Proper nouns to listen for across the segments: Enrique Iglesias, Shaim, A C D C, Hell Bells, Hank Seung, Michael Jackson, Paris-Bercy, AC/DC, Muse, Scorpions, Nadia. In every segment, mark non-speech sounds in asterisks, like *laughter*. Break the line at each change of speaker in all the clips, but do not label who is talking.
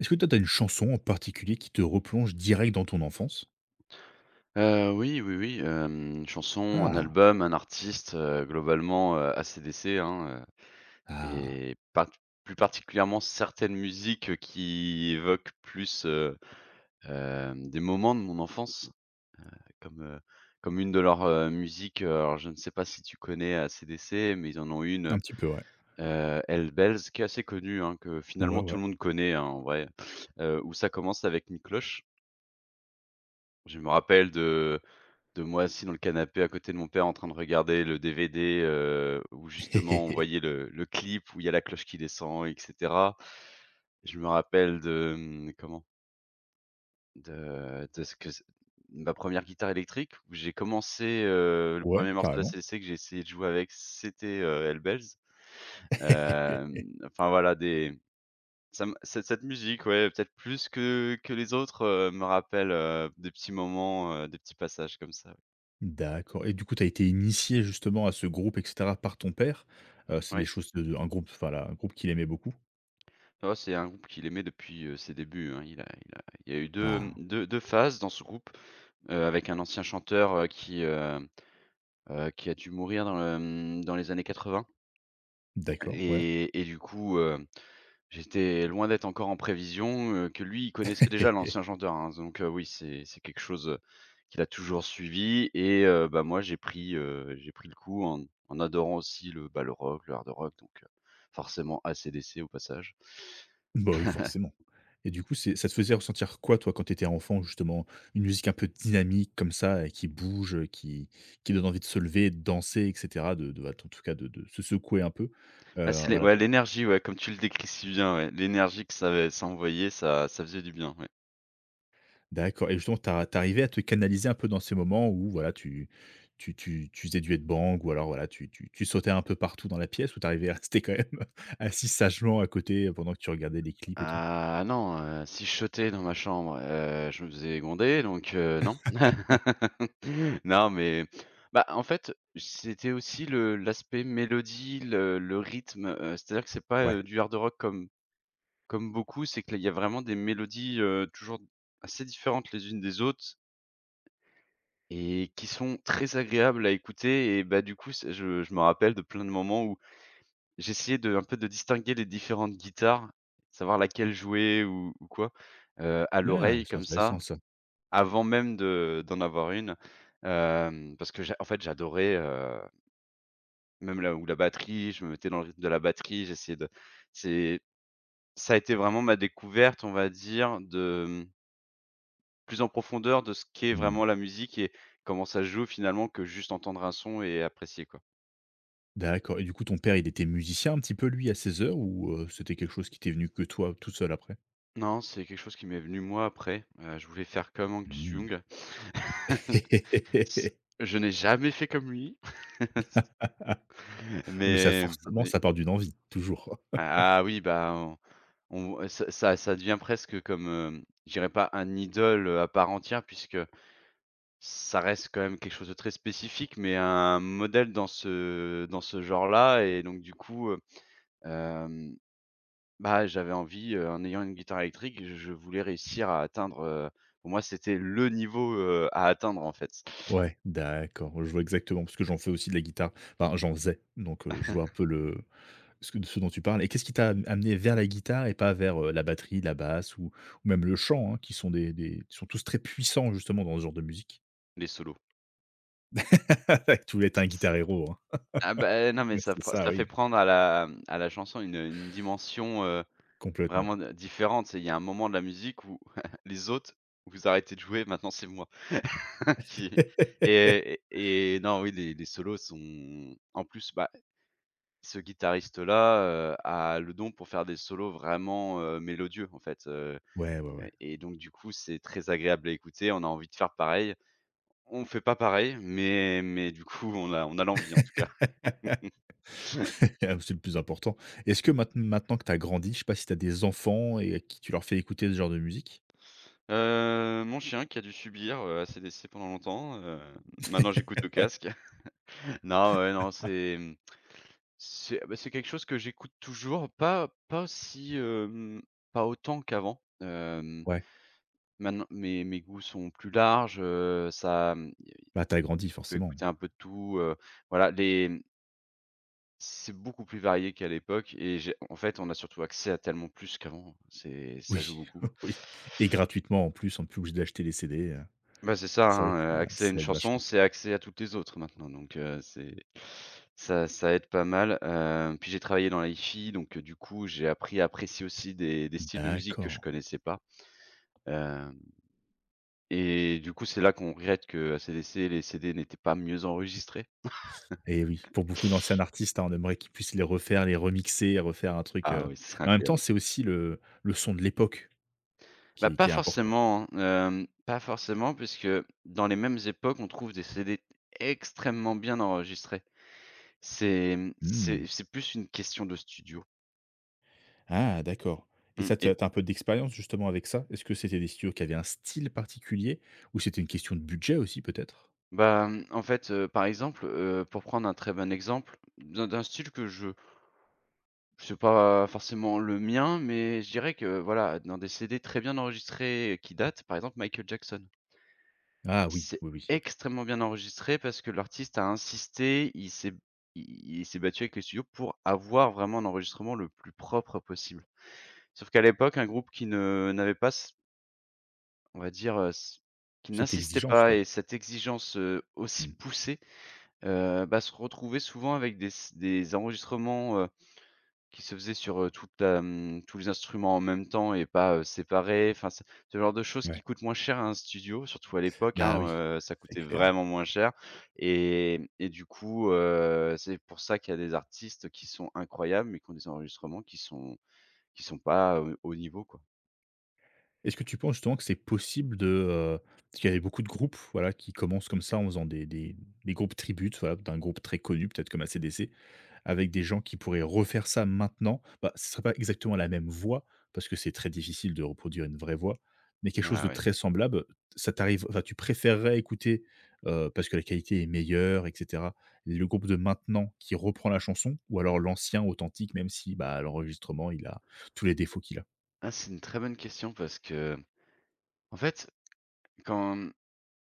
Est-ce que toi, tu as une chanson en particulier qui te replonge direct dans ton enfance?
Oui, oui, oui, une chanson, un
Ah!
album, un artiste, globalement, AC/DC, hein,
Ah!
et part plus particulièrement certaines musiques, qui évoquent plus, des moments de mon enfance, comme, heu, comme une de leurs musiques. Alors je ne sais pas si tu connais AC/DC, mais ils en ont une,
Un petit peu, ouais.
Hell Bells, qui est assez connue, hein, que
Ouais,
finalement tout
ouais.
le monde connaît, hein, en vrai, où ça commence avec une cloche. Je me rappelle de moi assis dans le canapé à côté de mon père en train de regarder le DVD, où justement on
*laughs*
voyait le clip où il y a la cloche qui descend, et cetera. Je me rappelle de, comment? De ce que c Ma première guitare électrique, où j'ai commencé, le
Ouais,
1er morceau
carrément.
d'ACDC que j'ai essayé de jouer avec, c'était, Hellbells.
*laughs*
Enfin voilà des ça me cette musique, ouais, peut-être plus que les autres, me rappelle, des petits moments, des petits passages comme ça. Ouais.
D'accord et du coup, tu as été initié justement à ce groupe et cetera par ton père? C'est des
Oui.
choses de un groupe, voilà un groupe qu'il aimait beaucoup?
Oh, c'est un groupe qu'il aimait depuis, ses débuts, hein. Il y a eu deux,
Ah!
deux, deux phases dans ce groupe, avec un ancien chanteur, qui a dû mourir dans les années 80.
D'accord, ouais.
Et du coup, j'étais loin d'être encore en prévision, que lui, il connaissait déjà l'ancien
*laughs*
chanteur, hein. Donc, oui, c'est quelque chose, qu'il a toujours suivi. Et bah, moi, j'ai pris le coup en adorant aussi le, bah, le rock, le hard rock, donc, forcément AC/DC au passage.
Bah, oui,
*laughs*
forcément et du coup, c'est ça te faisait ressentir quoi, toi, quand tu étais enfant, justement? Une musique un peu dynamique comme ça, et qui bouge, qui donne envie de se lever, de danser et cetera, de, bah, en tout cas, de se secouer un peu,
Ah, c'est l'é
voilà.
ouais, l'énergie, ouais, comme tu le décris si bien, ouais. L'énergie que ça avait, ça envoyait, ça faisait du bien, ouais.
D'accord et justement, tu ar à te canaliser un peu dans ces moments où, voilà, tu faisais du headbang ou alors, voilà, tu sautais un peu partout dans la pièce ou t'arrivais à *laughs* rester quand même *laughs* assis sagement à côté pendant que tu regardais les clips et tout?
Ah non, si je sautais dans ma chambre, je me faisais gronder, donc non. *laughs* Non, mais bah, en fait, c'était aussi le l'aspect mélodie, le rythme, c'est-à-dire que c'est pas,
Ouais.
du hard rock comme beaucoup. C'est que là, il y a vraiment des mélodies, toujours assez différentes les unes des autres, et qui sont très agréables à écouter. Et bah, du coup, c'est je me rappelle de plein de moments. J'essayais de un peu de distinguer les différentes guitares, savoir laquelle jouer ou quoi, à
Ah,
l'oreille
c'est
comme
intéressant
ça,
ça.
avant même de d'en avoir une. Parce que j'a en fait j'adorais, même là où la batterie, je me mettais dans le rythme de la batterie, j'essayais de c'est Ça a été vraiment ma découverte, on va dire, plus en profondeur, de ce qu'est
Mmh.
vraiment la musique et comment ça se joue, finalement, que juste entendre un son et apprécier, quoi.
D'accord et du coup ton père, il était musicien un petit peu lui à ses heures ou, c'était quelque chose qui t'est venu que toi tout seul après?
Non, c'est quelque chose qui m'est venu moi après, je voulais faire comme Hank
Mmh.
Seung. *laughs* S
*laughs*
Je n'ai jamais fait comme lui, *laughs*
Mais ça
mais
forcément
mais
ça part d'une envie, toujours.
ah oui, bah, on ça devient presque comme, je dirais pas un idole à part entière, puisque ça reste quand même quelque chose de très spécifique, mais un modèle dans ce genre-là. Et donc du coup, hem, bah, j'avais envie, en ayant une guitare électrique, je voulais réussir à atteindre, pour moi, c'était le niveau, à atteindre, en fait.
Ouais, d'accord, je vois exactement parce que j'en fais aussi de la guitare. Enfin j'en faisais donc, je vois un
*laughs*
peu le ce que ce dont tu parles et qu'est-ce qui t'a am amené vers la guitare et pas vers, la batterie, la basse ou même le chant, hein, qui sont tous très puissants justement dans ce genre de musique?
Les solos.
*laughs* Tu voulais être un guitar héros, hein.
Ah bah, non, mais
*laughs* C'est ça
ça fait
oui,
prendre à la chanson une dimension,
complètement.
vraiment d différente. C'est Il y a un moment de la musique où *laughs* les autres, vous arrêtez de jouer, maintenant c'est moi *laughs* qui...
*laughs*
Non, oui, les solos sont en plus, bah, ce guitariste-là, a le don pour faire des solos vraiment, mélodieux, en fait.
Ouais, ouais, ouais.
Et donc du coup, c'est très agréable à écouter. On a envie de faire pareil. On fait pas pareil, mais du coup, on a l'envie, en tout cas.
*laughs* C'est le plus important. Est-ce que maintenant que tu as grandi, je sais pas si tu as des enfants et à qui tu leur fais écouter ce genre de musique?
Mon chien qui a dû subir, assez d'essais pendant longtemps. Maintenant, j'écoute au
*laughs*
casque. *laughs* Non, ouais, non, c'est, mmh, c'est bah, c'est quelque chose que j'écoute toujours, pas aussi, pas autant qu'avant.
Ouais,
Maintenant, mes goûts sont plus larges, je
bah, t'as grandi
peux
forcément.
écouter un peu de tout, voilà, c'est beaucoup plus varié qu'à l'époque, et j'ai en fait, on a surtout accès à tellement plus qu'avant, c'est ça joue
Oui,
beaucoup.
*laughs* oui et gratuitement en plus, on est plus obligé d'acheter les CD,
Bah, c'est ça,
c'est vrai
hein,
que ça
accès à une
ça aide
chanson,
vachement.
c'est accès à toutes les autres maintenant, donc, c'est ça aide pas mal, puis j'ai travaillé dans la hi-fi, donc, du coup, j'ai appris à apprécier aussi des styles de musique que je
D'accord
connaissais pas. Hem Et du coup, c'est là qu'on regrette que ACDC et les CD n'étaient pas mieux enregistrés.
et oui, pour beaucoup d'anciens artistes, hein, on aimerait qu'ils puissent les refaire, les remixer, refaire un truc,
Ah oui, ce serait
mais en même temps,
incroyable.
c'est aussi le son de l'époque
Bah,
qui est
pas
qui est important.
forcément, hein, pas forcément, puisque dans les mêmes époques, on trouve des CD extrêmement bien enregistrés. C'est, mmh,
Mmh.
c'est plus une question de studio.
Ah d'accord et
mmh
ça, tu
et
as un peu d'expérience justement avec ça? Est-ce que c'était des studios qui avaient un style particulier ou c'était une question de budget aussi peut-être?
Bah, en fait, par exemple, pour prendre un très bon exemple, d'un style que je c'est pas forcément le mien, mais je dirais que, voilà, dans des CD très bien enregistrés qui datent, par exemple Michael Jackson.
Ah oui,
C'est
oui, oui.
extrêmement bien enregistré parce que l'artiste a insisté, il s'est battu avec les studios pour avoir vraiment un enregistrement le plus propre possible. Sauf qu'à l'époque, un groupe qui ne n'avait pas c on va dire, c qui
Cette
n'insistait
exigence
pas,
quoi.
et cette exigence, aussi
Mmh.
poussée... Bah, se retrouver souvent avec des enregistrements, qui se faisaient sur, tous les instruments en même temps, et pas, séparés. Enfin, ce genre de choses qui
Ouais.
coûtent moins cher à un studio, surtout à l'époque,
Bah
hein,
oui,
ça
c'est
coûtait
clair.
vraiment moins cher, et du coup, c'est pour ça qu'il y a des artistes qui sont incroyables, mais qui ont des enregistrements qui sont pas, au niveau, quoi.
Est-ce que tu penses justement que c'est possible de, parce qu'il y avait beaucoup de groupes, voilà, qui commencent comme ça en faisant des groupes tributes, voilà, d'un groupe très connu peut-être comme AC/DC avec des gens qui pourraient refaire ça maintenant, bah, ce serait pas exactement la même voix, parce que c'est très difficile de reproduire une vraie voix, mais quelque chose de
Ah ouais.
très semblable, ça t'arrive enfin, tu préférerais écouter, parce que la qualité est meilleure et cetera, le groupe de maintenant qui reprend la chanson ou alors l'ancien authentique même si, bah, l'enregistrement, il a tous les défauts qu'il a?
Ah, c'est une très bonne question parce que, en fait, quand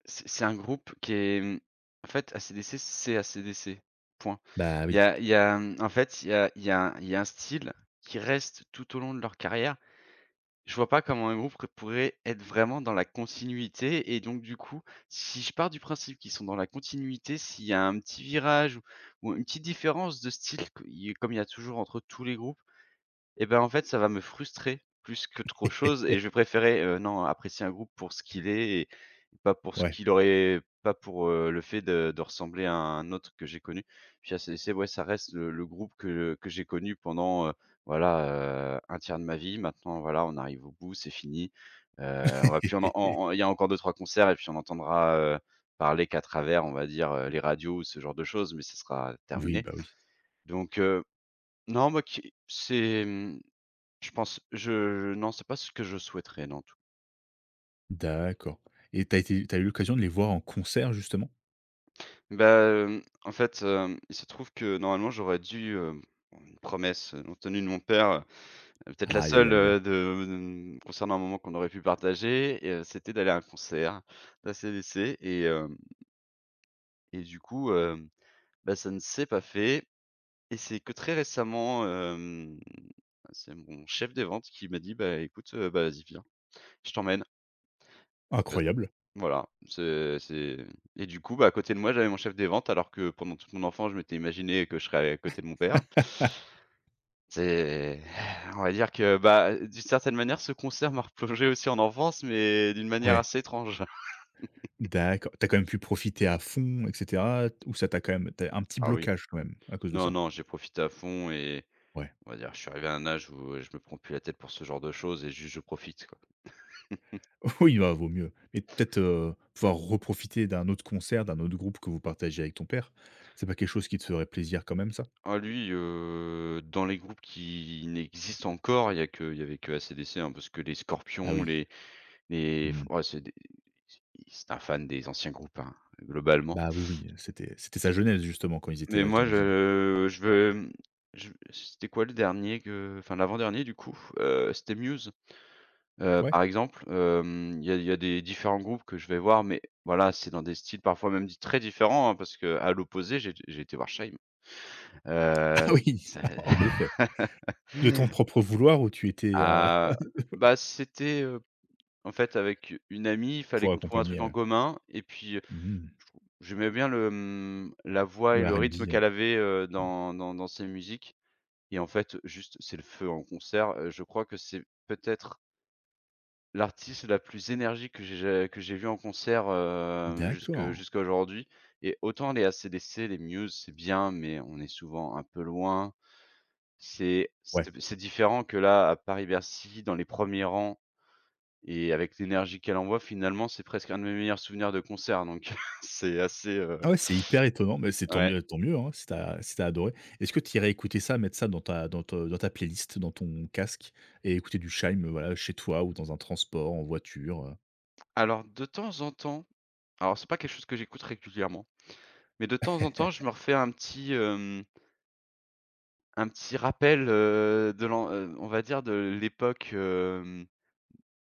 C'est un groupe qui est, en fait, AC/DC, c'est AC/DC, point.
Bah, oui.
Il y a, mmh, En fait, il y a il y a il y a un style qui reste tout au long de leur carrière. Je vois pas comment un groupe pourrait être vraiment dans la continuité. Et donc du coup, si je pars du principe qu'ils sont dans la continuité, s'il y a un petit virage ou une petite différence de style que il comme il y a toujours entre tous les groupes, et ben, en fait, ça va me frustrer plus qu'autre chose, et je vais
*laughs*
préférer, non, apprécier un groupe pour ce qu'il est, pas pour ce
Ouais.
qu'il aurait, pas pour, le fait de ressembler à un autre que j'ai connu. Puis AC/DC, ouais, ça reste le groupe que j'ai connu pendant, voilà, 1 tiers de ma vie. Maintenant, voilà, on arrive au bout, c'est fini. Heu, on va plus en en
*laughs*
en il y a encore deux trois concerts, et puis on entendra, parler qu'à travers, on va dire, les radios ou ce genre de choses, mais ce sera
Oui,
terminé.
bah, oui.
Donc, non, moi qui c'est, mmh, je pense non, c'est pas ce que je souhaiterais, non.
D'accord et t'as été tu eu l'occasion de les voir en concert justement?
Bah, en fait, il se trouve que normalement j'aurais dû, bon, une promesse, non tenue, de mon père, peut-être la
Aïe, aïe,
seule,
aïe, aïe.
concernant un moment qu'on aurait pu partager, et c'était d'aller à un concert d'ACDC, et du coup, bah, ça ne s'est pas fait, et c'est que très récemment, c'est mon chef des ventes qui m'a dit: «Bah écoute, bah vas-y, viens, je t'emmène». Bah, c
Incroyable.
Voilà, c'est et du coup, bah, à côté de moi, j'avais mon chef des ventes, alors que pendant toute mon enfance, je m'étais imaginé que je serais à côté de mon père.
*laughs*
C'est *sighs* On va dire que, bah, d'une certaine manière, ce concert m'a replongé aussi en enfance, mais d'une manière
Ouais.
assez étrange.
D'accord. T'as quand même pu profiter à fond et cetera? Ou ça t'a quand même tu un petit
Ah oui.
blocage quand même à cause de
Non,
ça?
non, j'ai profité à fond et,
Ouais.
on va dire, je suis arrivé à un âge où je me prends plus la tête pour ce genre de choses, et juste je profite, quoi.
*laughs* Oui, bah, vaut mieux. Mais peut-être, pouvoir reprofiter d'un autre concert, d'un autre groupe que vous partagez avec ton père, c'est pas quelque chose qui te ferait plaisir quand même ça?
Ah lui, dans les groupes qui n'existent encore, il y avait que AC/DC, hein, parce que les
Ah
Scorpions,
oui,
les... Mais f
mmh.
ouais, c'est un fan des anciens groupes, hein, globalement.
Bah, oui, oui, c'était sa jeunesse justement quand ils étaient
Mais
là,
moi,
j'imagine?
je veux, je c'était quoi le dernier que enfin l'avant-dernier du coup, c'était Muse,
Ouais?
par exemple, il y a des différents groupes que je vais voir, mais voilà, c'est dans des styles parfois même dits très différents, hein, parce que à l'opposé, j'ai été voir Shaim.
*laughs*
Heu,
Ah oui,
ça
*laughs* en effet.
*laughs*
De ton propre vouloir où tu étais,
ah,
*laughs*
bah, c'était, en fait, avec une amie, il fallait
pour
qu'on trouve un
accompagner,
truc en
ouais?
commun et puis,
Mmh mh.
Je trou j'aimais bien le, la voix et
Le
le
RnB,
rythme qu'elle avait,
mmh.
dans ses musiques. Et en fait, juste, c'est le feu en concert, je crois que c'est peut-être l'artiste la plus énergique que j'ai ja que j'ai vue en concert, jusque
D'accord.
jusqu'à aujourd'hui. Et autant les AC/DC, les Muse, c'est bien, mais on est souvent un peu loin. C'est
Ouais.
c'est c'est différent que là, à Paris-Bercy, dans les premiers rangs et avec l'énergie qu'elle envoie, finalement, c'est presque un de mes meilleurs souvenirs de concert donc *laughs* c'est assez,
Ah ouais, c'est hyper étonnant, mais c'est
ouais.
tant mieux, hein, si t'as adoré. Est-ce que tu irais écouter ça, mettre ça dans ta playlist, dans ton casque et écouter du shime voilà, chez toi ou dans un transport, en voiture?
Alors de temps en temps, alors c'est pas quelque chose que j'écoute régulièrement, mais de temps en temps, je me refais un petit, un petit rappel, de l'en on va dire de l'époque,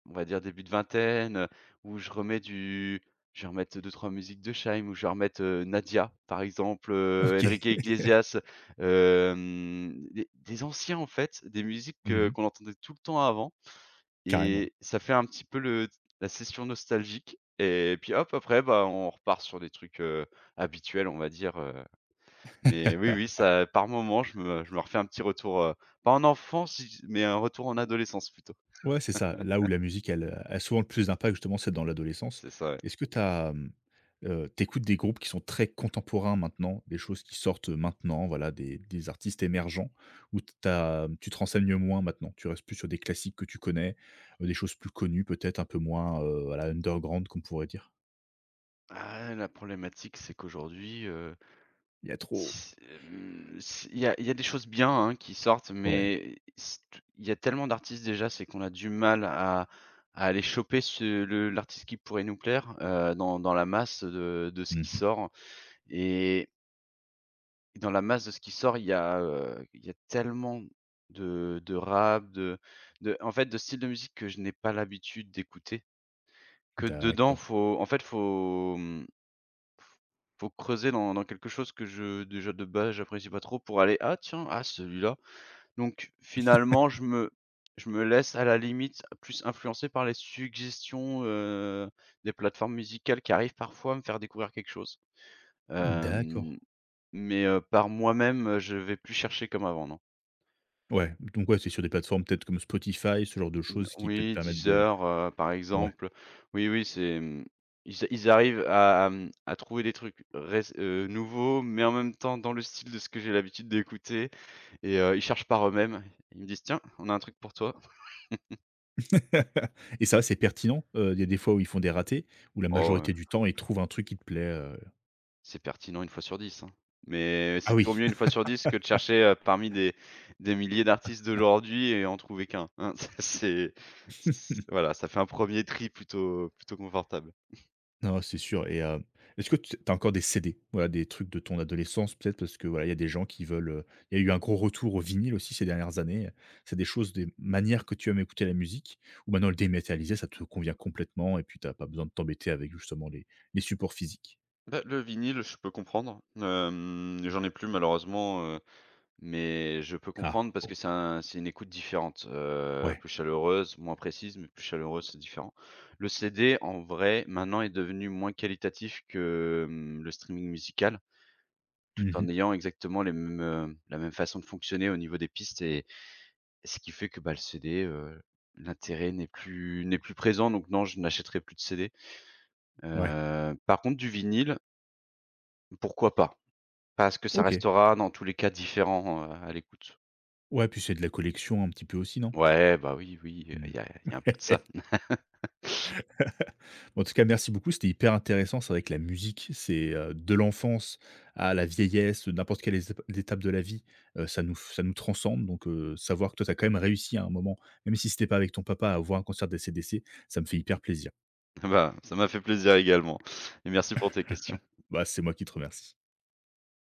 on va dire début de vingtaine, où je remets du je vais remettre 2-3 musiques de Chaim, où je vais remettre, Nadia, par exemple,
OK.
Enrique Iglesias, des anciens en fait, des musiques que
Mmh.
qu'on entendait tout le temps avant.
Carrément.
Et ça fait un petit peu le la session nostalgique et puis hop, après, bah, on repart sur des trucs, habituels, on va dire, mais oui, oui,
*laughs*
ça par moment, je me refais un petit retour, pas en enfance, mais un retour en adolescence plutôt.
Ouais, c'est ça. Là où la musique, elle, a souvent le plus d'impact justement, c'est dans l'adolescence.
C'est ça, ouais.
Est-ce que tu as, des groupes qui sont très contemporains maintenant, des choses qui sortent maintenant, voilà, des artistes émergents ou t'as tu te renseignes moins maintenant? Tu restes plus sur des classiques que tu connais, des choses plus connues peut-être un peu moins, voilà, underground qu'on pourrait dire?
Ah, la problématique, c'est qu'aujourd'hui,
Il y a trop.
S hem, s il y a des choses bien, hein, qui sortent,
Ouais.
mais s il y a tellement d'artistes déjà, c'est qu'on a du mal à aller choper ce le l'artiste qui pourrait nous plaire, dans la masse de ce qui
Mmh.
sort et dans la masse de ce qui sort, il y a tellement de rap, de en fait, de styles de musique que je n'ai pas l'habitude d'écouter, que dedans,
D'accord.
faut, faut creuser dans quelque chose que je déjà de base j'apprécie pas trop pour aller: «Ah tiens, ah celui-là». Donc finalement
*laughs*
je me laisse à la limite plus influencer par les suggestions, des plateformes musicales qui arrivent parfois à me faire découvrir quelque chose.
D'accord.
Hem, mais, par moi-même, je vais plus chercher comme avant, non.
Ouais, donc ouais, c'est sur des plateformes peut-être comme Spotify, ce genre de
D
choses qui peut te
Oui,
permettre de
10:00, par
ouais.
exemple. Oui, oui, c'est, ils arrivent à, à trouver des trucs rés nouveaux, mais en même temps dans le style de ce que j'ai l'habitude d'écouter et ils cherchent par eux-mêmes. Ils me disent: «Tiens, on a un truc pour toi».
*laughs* Et ça, c'est pertinent? Il y a des fois où ils font des ratés, où la
Oh,
majorité du temps, ils trouvent un truc qui te plaît?
c'est pertinent une fois sur dix, hein, mais
Ah
c'est toujours
oui.
mieux une fois sur 10 que de chercher, parmi des milliers d'artistes d'aujourd'hui et en trouver qu'un, hein. *laughs* Ça c'est c
*laughs*
voilà, ça fait un premier tri plutôt confortable.
Non, c'est sûr et est-ce que tu as encore des CD? Voilà, des trucs de ton adolescence peut-être parce que, voilà, il y a des gens qui veulent, il y a eu un gros retour au vinyle aussi ces dernières années, c'est des choses, des manières que tu aimes écouter la musique ou maintenant le dématérialisé, ça te convient complètement et puis t'as pas besoin de t'embêter avec justement les supports physiques?
Bah, le vinyle, je peux comprendre. J'en ai plus malheureusement, mais je peux
Ah
comprendre parce
bon,
que c'est une écoute différente,
ouais.
plus chaleureuse, moins précise, mais plus chaleureuse, c'est différent. Le CD, en vrai, maintenant est devenu moins qualitatif que, le streaming musical, tout en
Mmh.
ayant exactement les mêmes, la même façon de fonctionner au niveau des pistes et ce qui fait que, bah, le CD, l'intérêt n'est plus présent donc non, je n'achèterai plus de CD.
Ouais.
Par contre du vinyle, pourquoi pas? Parce que ça
OK.
restera dans tous les cas différent, à l'écoute.
Ouais, puis c'est de la collection un petit peu aussi, non?
Ouais, bah, oui, oui, il
Mmh.
y a il y a un peu de ça.
*laughs*
*laughs*
En tout cas, merci beaucoup. C'était hyper intéressant. C'est vrai que la musique, c'est de l'enfance à la vieillesse, n'importe quelle étape de la vie, ça nous transcende. Donc, savoir que toi, tu as quand même réussi à un moment, même si c'était pas avec ton papa, à voir un concert d'AC/DC, ça me fait hyper plaisir.
Bah, ça m'a fait plaisir également et merci pour tes questions.
Bah, c'est moi qui te remercie.